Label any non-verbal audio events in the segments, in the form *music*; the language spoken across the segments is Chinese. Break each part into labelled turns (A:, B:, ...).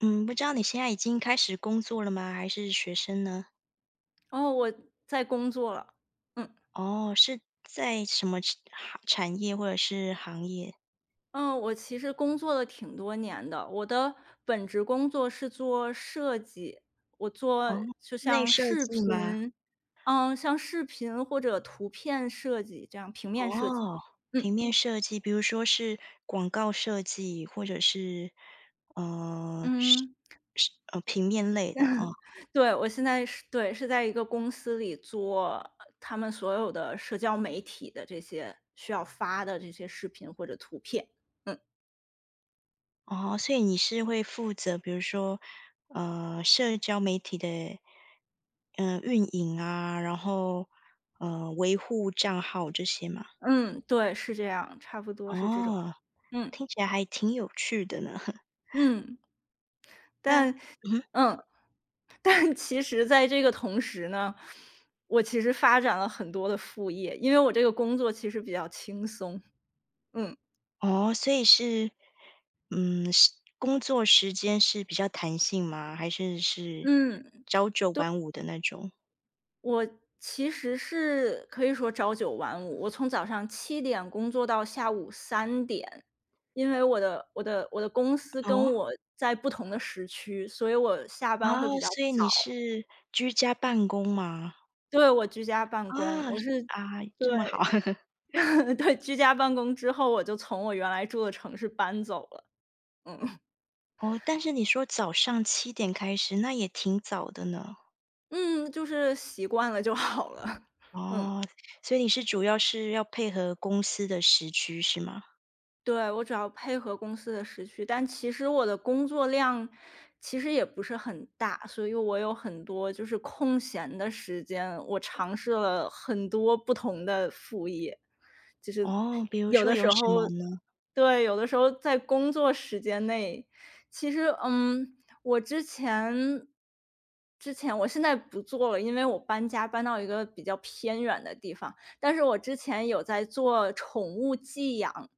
A: 嗯，不知道你现在已经开始工作了吗？还是学生呢？
B: 哦，我在工作了。嗯，
A: 哦，是在什么产业或者是行业？
B: 嗯，我其实工作了挺多年的，我的本职工作是做设计，我做
A: 哦，
B: 就
A: 内
B: 像
A: 设
B: 视
A: 计吗？
B: 频，像视频或者图片设计这样，平面设计。
A: 哦，平
B: 嗯
A: 面设计，比如说是广告设计，或者呃是
B: 嗯，
A: 是平面类的哦。
B: *laughs* 对，我现在是是在一个公司里做他们所有的社交媒体的这些需要发的这些视频或者图片。嗯
A: 哦，所以你是会负责，比如说呃社交媒体的运营啊，然后呃维护账号这些嘛？
B: 嗯，对，是这样，差不多是这种。
A: 哦，
B: 嗯。
A: 听起来还挺有趣的呢。*laughs*
B: 嗯，
A: 那
B: 但
A: 嗯哼。
B: 嗯，*laughs* 但其实在这个同时呢，我其实发展了很多的副业，因为我这个工作其实比较轻松。嗯
A: 哦，所以是，嗯，是工作时间是比较弹性吗？还是
B: 嗯，
A: 朝九晚五的那种？
B: 我其实是可以说朝九晚五，我从早上7点工作到下午3点，因为我的公司跟
A: 哦，
B: 我在不同的时区，所以我下班
A: 啊，
B: 会比较
A: 所以你
B: 早。
A: 是居家办公吗？
B: 对，我居家办公，
A: 啊
B: 我是
A: 啊，这么好
B: 对。
A: *laughs*。
B: *laughs* 对，居家办公之后，我就从我原来住的城市搬走了。嗯，
A: 哦，但是你说早上7点开始，那也挺早的呢。
B: 嗯，就是习惯了就好了。*laughs* 嗯。
A: 哦，所以你是主要是要配合公司的时区是吗？
B: 对，我主要配合公司的时区，但其实我的工作量其实也不是很大，所以我有很多就是空闲的时间，我尝试了很多不同的副业，就是
A: 哦，比如
B: 有
A: 说
B: 的
A: 有
B: 时
A: 什么
B: 候
A: 呢？
B: 对，有的时候在工作时间内，其实我之前之前我现在不做了，因为我搬家搬到一个比较偏远的地方，但是我之前有在做宠物寄养。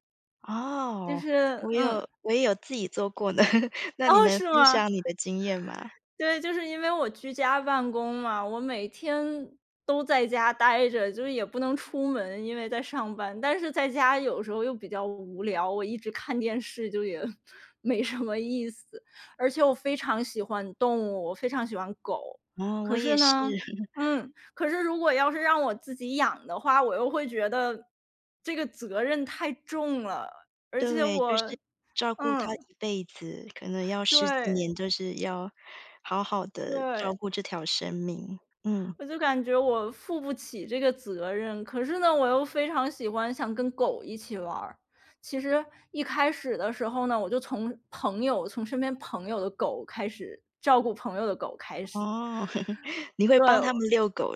B: 就
A: 哦，
B: 是
A: 我
B: 嗯，
A: 有我也有自己做过呢，*laughs* 那你
B: 哦，
A: 能
B: 是
A: 分
B: 吗？
A: 享你的经验吗？
B: 对，就是因为我居家办公嘛，我每天都在家待着，就是也不能出门，因为在上班。但是在家有时候又比较无聊，我一直看电视就也 *laughs* 没什么意思。而且我非常喜欢动物，我非常喜欢狗。
A: 哦，我
B: 可
A: 也
B: 是
A: 是，
B: 呢，
A: *laughs*
B: 可是如果要是让我自己养的话，我又会觉得这个责任太重了，而且
A: 对，就是
B: 我，
A: 照顾它
B: 嗯，
A: 一辈子，可能要十几
B: 对，
A: 年，就是要好好的照
B: 对，
A: 顾这条生命。嗯，
B: 我就感觉我负不起这个责任，可是呢，我又非常喜欢想跟狗一起玩儿。其实一开始的时候呢，我就从身边朋友的狗照顾朋友的狗开始。
A: 哦，*laughs* 你会
B: 对，
A: 帮他们遛狗，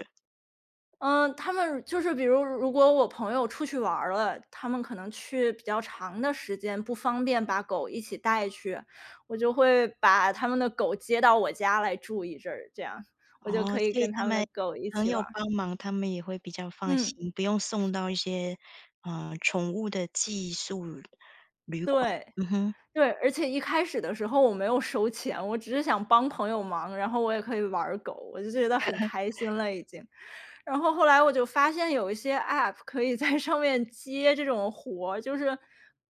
B: 嗯，他们就是比如如果我朋友出去玩儿了，他们可能去比较长的时间，不方便把狗一起带去，我就会把他们的狗接到我家来住一阵儿，这样我就
A: 哦，
B: 可以
A: 所以
B: 跟
A: 他
B: 他们
A: 们
B: 的狗一
A: 朋
B: 起
A: 友
B: 玩儿。
A: 帮忙，他们也会比较放
B: 嗯，
A: 心，不用送到一些，呃，宠物的寄宿旅馆，
B: 对。
A: 嗯哼。
B: 对，而且一开始的时候我没有收钱，我只是想帮朋友忙，然后我也可以玩儿狗，我就觉得很开心了已经。然后后来我就发现有一些 App 可以在上面接这种活儿，就是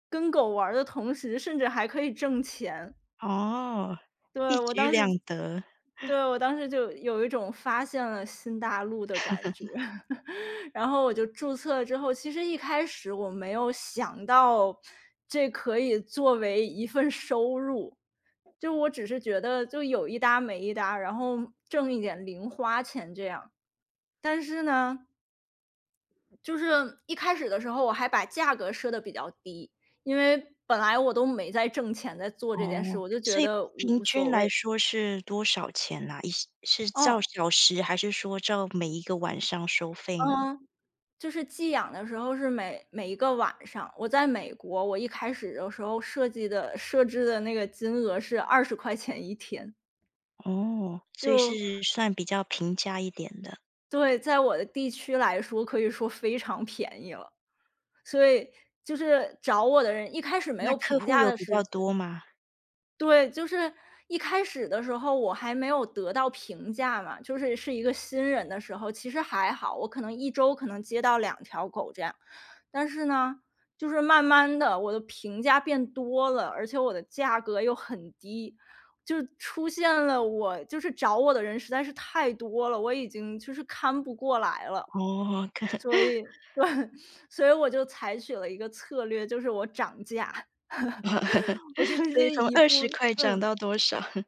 B: 跟狗玩儿的同时，甚至还可以挣钱。
A: 哦，一
B: 对，我
A: 举
B: 当
A: 两
B: 时
A: 得，
B: 对，我当时就有一种发现了新大陆的感觉。*laughs* 然后我就注册了之后，其实一开始我没有想到这可以作为一份收入，就我只是觉得就有一搭没一搭，然后挣一点零花钱这样。但是呢，就是一开始的时候我还把价格设的比较低，因为本来我都没在挣钱，在做这件事，
A: 哦，
B: 我就觉
A: 所以
B: 得
A: 平
B: 无
A: 均
B: 所
A: 来
B: 谓。
A: 说是多少钱呐？一是照
B: 哦，
A: 小时还是说照每一个晚上收费呢？
B: 嗯。就是寄养的时候是每一个晚上，我在美国，我一开始的时候设置的那个金额是20块钱一天，
A: 哦，所以
B: 就
A: 是算比较平价一点的。
B: 对，在我的地区来说可以说非常便宜了。所以就是找我的人一开始没
A: 那
B: 有
A: 客
B: 评
A: 户
B: 价
A: 有
B: 的
A: 比较
B: 是。
A: 多吗？
B: 对，就是一开始的时候我还没有得到评价嘛，就是是一个新人的时候，其实还好，我可能一周可能接到两条狗这样。但是呢，就是慢慢的，我的评价变多了，而且我的价格又很低，就出现了我就是找我的人实在是太多了，我已经就是看不过来了。
A: 哦，
B: 所
A: *laughs*
B: 以对，*laughs* 所以我就采取了一个策略，就是我涨价。*laughs* 我就
A: 所以
B: 是
A: 从
B: 一
A: 二
B: 步
A: 十块涨
B: 嗯。
A: 到多少？*laughs*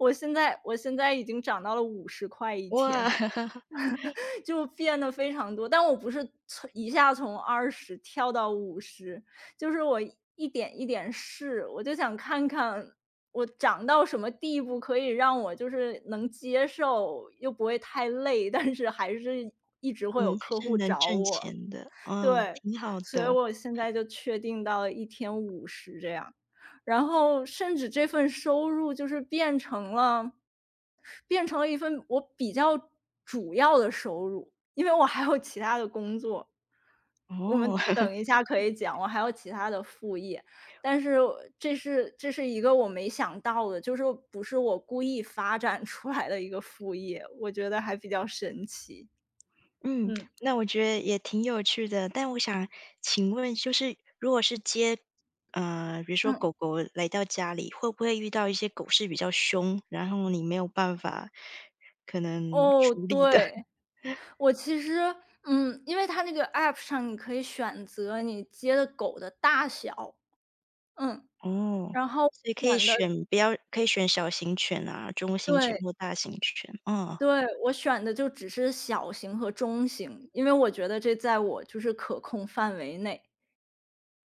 B: 我现在已经涨到了50块一
A: 哇，
B: 天，
A: *laughs*
B: *laughs* 就变得非常多。但我不是从一下从二十跳到五十，就是我一点一点试，我就想看看我涨到什么地步可以让我就是能接受，又不会太累，但是还是一直会有
A: 嗯，还
B: 客
A: 是
B: 户
A: 能
B: 找
A: 挣
B: 我。
A: 钱的，嗯，
B: 对，
A: 挺好
B: 所以
A: 的。
B: 我现在就确定到了一天50这样。然后甚至这份收入就是变成了一份我比较主要的收入，因为我还有其他的工作，我
A: 哦。
B: 们等
A: *laughs*
B: 一下可以讲，我还有其他的副业。但是这是一个我没想到的，就是不是我故意发展 *laughs* 出来的一个副业，我觉得还比较神奇。
A: 嗯，
B: 嗯，
A: 那我觉得也挺有趣的。但我想请问，就是如果是接，呃，比如说狗
B: 嗯，
A: 狗来到家里，会不会遇到一些狗是比较凶，然后你没有办法可能
B: 哦，
A: 处理的？*laughs*
B: 对。我其实嗯，因为它那个 App 上你可以选择你接的狗的大小，嗯，
A: 哦，
B: 然后
A: 所以可以
B: 选的
A: 选不要可以选小型犬啊、中型犬
B: 对，
A: 或大型犬。哦，
B: 对，我选的就只是小型和中型，因为我觉得这在我就是可控范围内。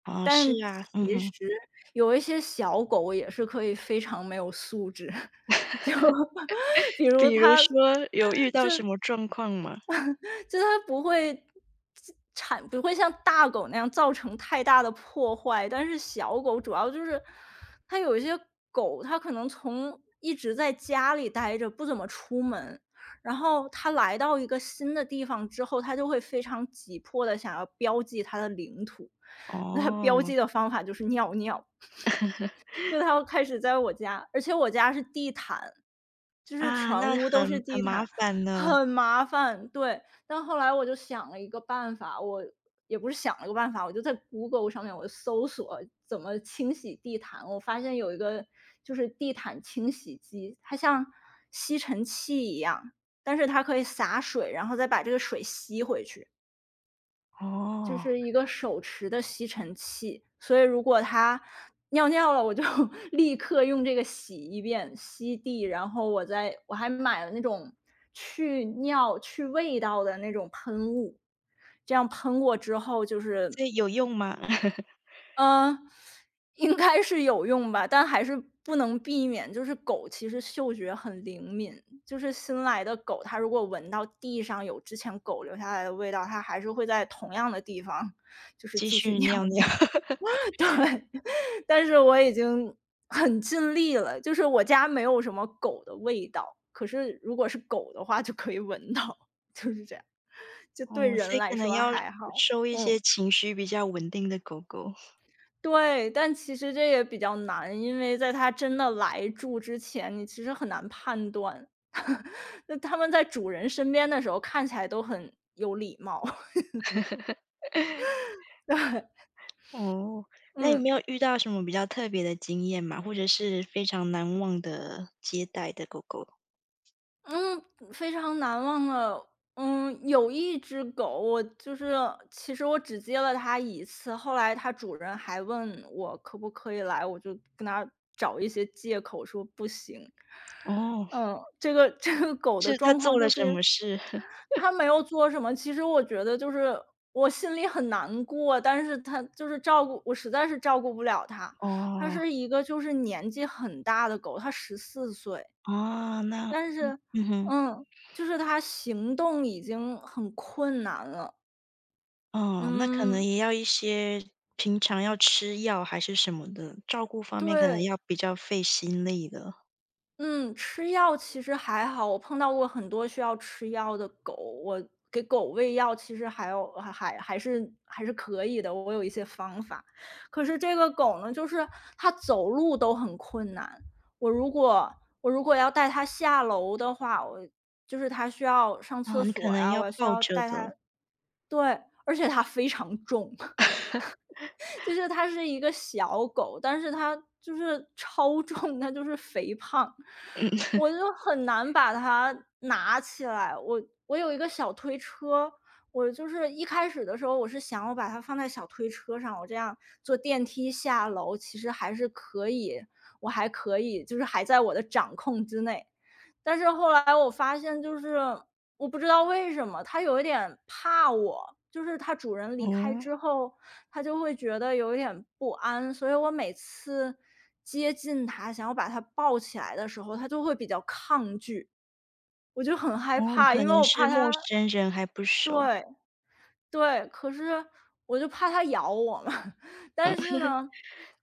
A: 哦，是
B: 但
A: 啊，嗯
B: 其
A: 哼。
B: 实有一些小狗也是可以非常没有素质，*laughs* 就 *laughs* 比如
A: 比如
B: 它
A: 说有遇到什么状况吗？
B: 就是它不会不会像大狗那样造成太大的破坏，但是小狗主要就是它有一些狗，它可能从一直在家里待着，不怎么出门，然后它来到一个新的地方之后，它就会非常急迫的想要标记它的领土。那它标
A: 哦，
B: 记的方法就是尿尿。就它要开始在我家，而且我家是地毯，就是
A: 啊，
B: 全
A: 那
B: 屋都是
A: 很
B: 地
A: 麻
B: 毯，
A: 烦呢。
B: 很麻烦，对。但后来我就想了一个办法，我也不是想了个办法，我就在 Google 上面我搜索怎么清洗地毯，我发现有一个就是地毯清洗机，它像吸尘器一样，但是它可以洒水，然后再把这个水吸回去。就
A: 哦。
B: 是一个手持的吸尘器，所以如果它尿尿了，我就 *laughs* 立刻用这个洗一遍，吸地，然后我还买了那种去味道的那种喷雾，这样喷过之后，
A: 所以有用吗？*laughs*
B: 嗯，应该是有用吧，但还是不能避免。就是狗其实嗅觉很灵敏，就是新来的狗，它如果闻到地上有之前狗留下来的味道，它还是会在同样的地方，就是
A: 继
B: 继续 *laughs*
A: 续尿
B: 尿
A: 尿，
B: 尿。*laughs* 对，但是我已经很尽力了，就是我家没有什么狗的味道，可是如果是狗的话就可以闻到，就是这样，就对
A: 哦，所
B: 人
A: 以
B: 来
A: 可能
B: 说
A: 要
B: 还好，
A: 收一些
B: 嗯。
A: 情绪比较稳定的狗狗。
B: 对，但其实这也比较难，因为在它真的来住之前，你其实很难判断。*laughs* 那他们在主人身边的时候看起来都很有礼貌。*laughs*
A: 哦，那有没
B: 嗯，
A: 有遇到什么比较特别的经验嘛？或者是非常难忘的接待的狗狗？
B: 嗯，非常难忘了。嗯，有一只狗，我就是其实我只接了它一次，后来它主人还问我可不可以来，我就跟它找一些借口说不行。
A: 哦，
B: 嗯，这个 *laughs* 这个狗的
A: 是它
B: 状
A: 做
B: 况
A: 了
B: 就是
A: 什么事？*laughs*
B: 他没有做什么，其实我觉得就是我心里很难过，但是他就是照顾实在是照顾不了他。他
A: 哦，
B: 是一个就是年纪很大的狗，它14岁，
A: 哦，那
B: 但是
A: 嗯哼，
B: 嗯，就是它行动已经很困难了。
A: 哦，那可能
B: 嗯，
A: 也要一些平常要吃药还是什么的，照顾方面可能
B: 对。
A: 要比较费心力的。
B: 嗯，吃药其实还好，我碰到过很多需要吃药的狗，我给狗喂药其实还有还还还是还是可以的，我有一些方法。可是这个狗呢，就是它走路都很困难，我如果我如果要带它下楼的话，我就是它需要上
A: 啊，
B: 厕
A: 你可
B: 所
A: 能
B: 呀，
A: 要
B: 我需
A: 抱
B: 要
A: 着
B: 带
A: 的，
B: 它，对，而且它非常重。就是它是一个小狗，但是它就是超重，它就是肥胖，我就很难把它拿起来。我有一个小推车，我就是一开始的时候，我是想我把它放在小推车上，我这样坐电梯下楼，其实还是可以，我还可以，就是还在我的掌控之内。但是后来我发现，就是我不知道为什么，它有一点怕我，就是它主人离开
A: 哦。
B: 之后，他就会觉得有一点不安，所以我每次接近他，想要把他抱起来的时候，他就会比较抗拒，我就很害
A: 哦，
B: 怕，
A: 可
B: 因为
A: 能
B: 我
A: 是
B: 怕
A: 陌
B: 他。
A: 生人还不熟，
B: 对。对，可是我就怕它咬我嘛，*laughs* 但是呢，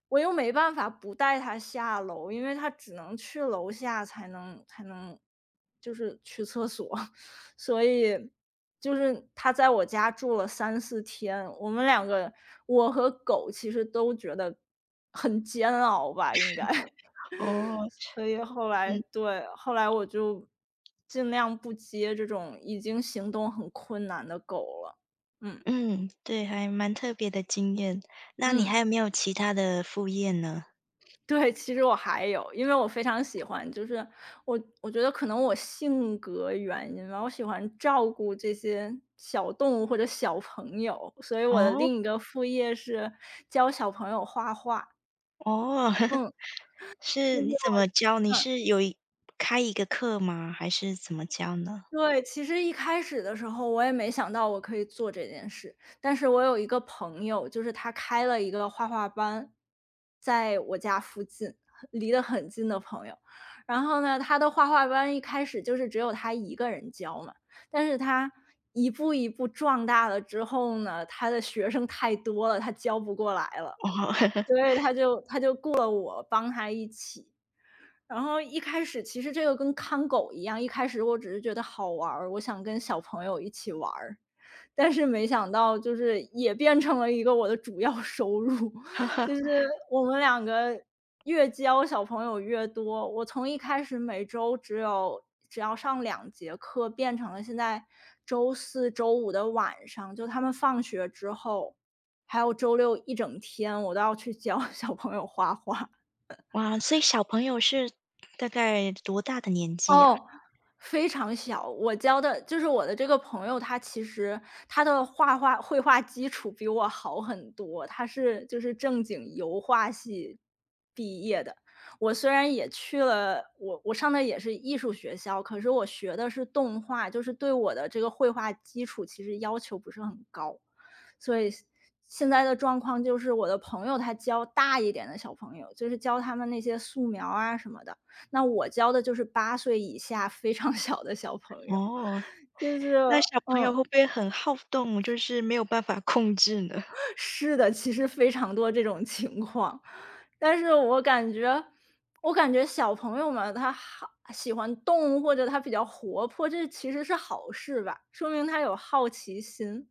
B: 我又没办法不带它下楼，因为它只能去楼下才能就是去厕所，*laughs* 所以就是它在我家住了3、4天，我们两个我和狗其实都觉得很煎熬吧，应该，*laughs*
A: 哦，
B: 所以后来
A: 嗯
B: 对，后来我就尽量不接这种已经行动很困难的狗了，嗯。
A: 嗯，对，还蛮特别的经验。那你
B: 嗯。
A: 还有没有其他的副业呢？
B: 对，其实我还有，因为我非常喜欢，就是我觉得可能我性格原因吧，我喜欢照顾这些小动物或者小朋友，所以我的
A: 哦。
B: 另一个副业是教小朋友画画。
A: 哦，*laughs*
B: 嗯，就
A: 是
B: 是
A: 你怎么
B: 我
A: 教？你是有一开一个课吗？还是怎么教呢？
B: 对，其实一开始的时候我也没想到我可以做这件事，但是我有一个朋友，就是他开了一个画画班，在我家附近，离得很近的朋友。然后呢，他的画画班一开始就是只有他一个人教嘛，但是他一步一步壮大了之后呢，他的学生太多了，他教不过来了，
A: 哦，
B: 所以他就雇了我帮他一起。然后一开始其实这个跟看狗一样，一开始我只是觉得好玩儿，我想跟小朋友一起玩儿，*laughs* 但是没想到就是也变成了一个我的主要收入，*laughs* 就是
A: *laughs*
B: 我们2个越教小朋友越多，我从一开始每周只有只要上2节课，变成了现在周四周五的晚上，就他们放学之后，还有周六一整天，我都要去教 *laughs* 小朋友画画。
A: 哇，所以小朋友是大概多大的年纪呀？
B: 哦，非常小。我教的就是我的这个朋友，他其实他的画画绘画基础比我好很多，他是就是正经油画系毕业的。我虽然也去了，我上的也是艺术学校，可是我学的是动画，就是对我的这个绘画基础其实要求不是很高。所以现在的状况就是，我的朋友他教大一点的小朋友，就是教他们那些素描啊什么的，那我教的就是8岁以下非常小的小朋友，
A: 哦。
B: 就是
A: 那小朋友
B: 嗯，
A: 会不会很好动，就是没有办法控制呢？
B: 是的，其实非常多这种情况。但是我感觉小朋友嘛，他好喜欢动物或者他比较活泼，这其实是好事吧，说明他有好奇心。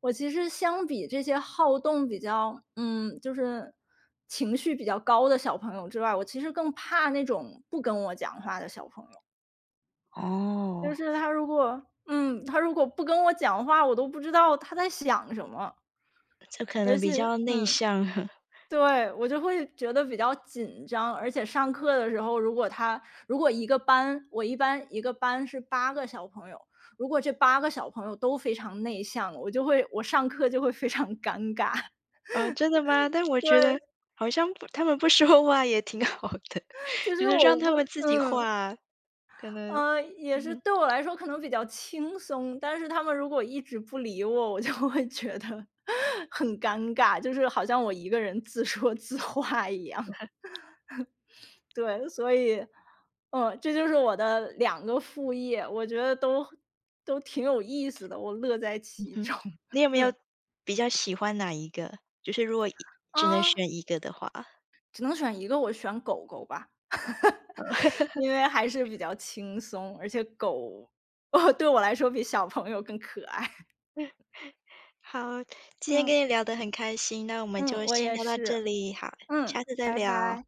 B: 我其实相比这些好动比较就是情绪比较高的小朋友之外，我其实更怕那种不跟我讲话的小朋友。就
A: 哦，
B: 是他如果他如果不跟我讲话，我都不知道他在想什么。
A: *laughs* 这可
B: 而
A: 能比
B: 且
A: 较内
B: 嗯，
A: 向。*laughs*
B: 对，我就会觉得比较紧张，而且上课的时候，如果他如果一个班，我一般1个班是8个小朋友，如果这8个小朋友都非常内向，我上课就会非常尴尬。*laughs*
A: 呃，真的吗？但我觉得
B: 对，
A: 好像不他们不说话也挺 *laughs* 好的，*laughs*
B: 就
A: 就
B: 是
A: 是
B: 我
A: 让他们
B: 问
A: 自己
B: 嗯。
A: 画，可能
B: 也是
A: 嗯
B: 对我来说可能比较轻松，但是他们如果一直不理我，我就会觉得 *laughs* 很尴尬，就是好像我一个人自说自话一样。对，所以，嗯，这就是我的2个副业，我觉得都挺有意思的，我乐在其
A: 哼。
B: 中。*laughs*
A: 你有没有
B: 嗯，
A: 比较喜欢哪一个？就是如果一只能
B: 啊，
A: 选一个的话。
B: 只能选一个，我选狗狗吧，因为还是比较轻松，而且狗，*laughs* 哦，对我来说比小朋友更可爱。
A: 好，
B: *laughs*
A: 今天
B: 嗯。
A: 跟你聊得很开心，那我们
B: 嗯，
A: 就
B: 我
A: 先
B: 也
A: 聊到这
B: 是。
A: 里，好，
B: 嗯，
A: 下次再
B: 拜
A: 聊。
B: 拜。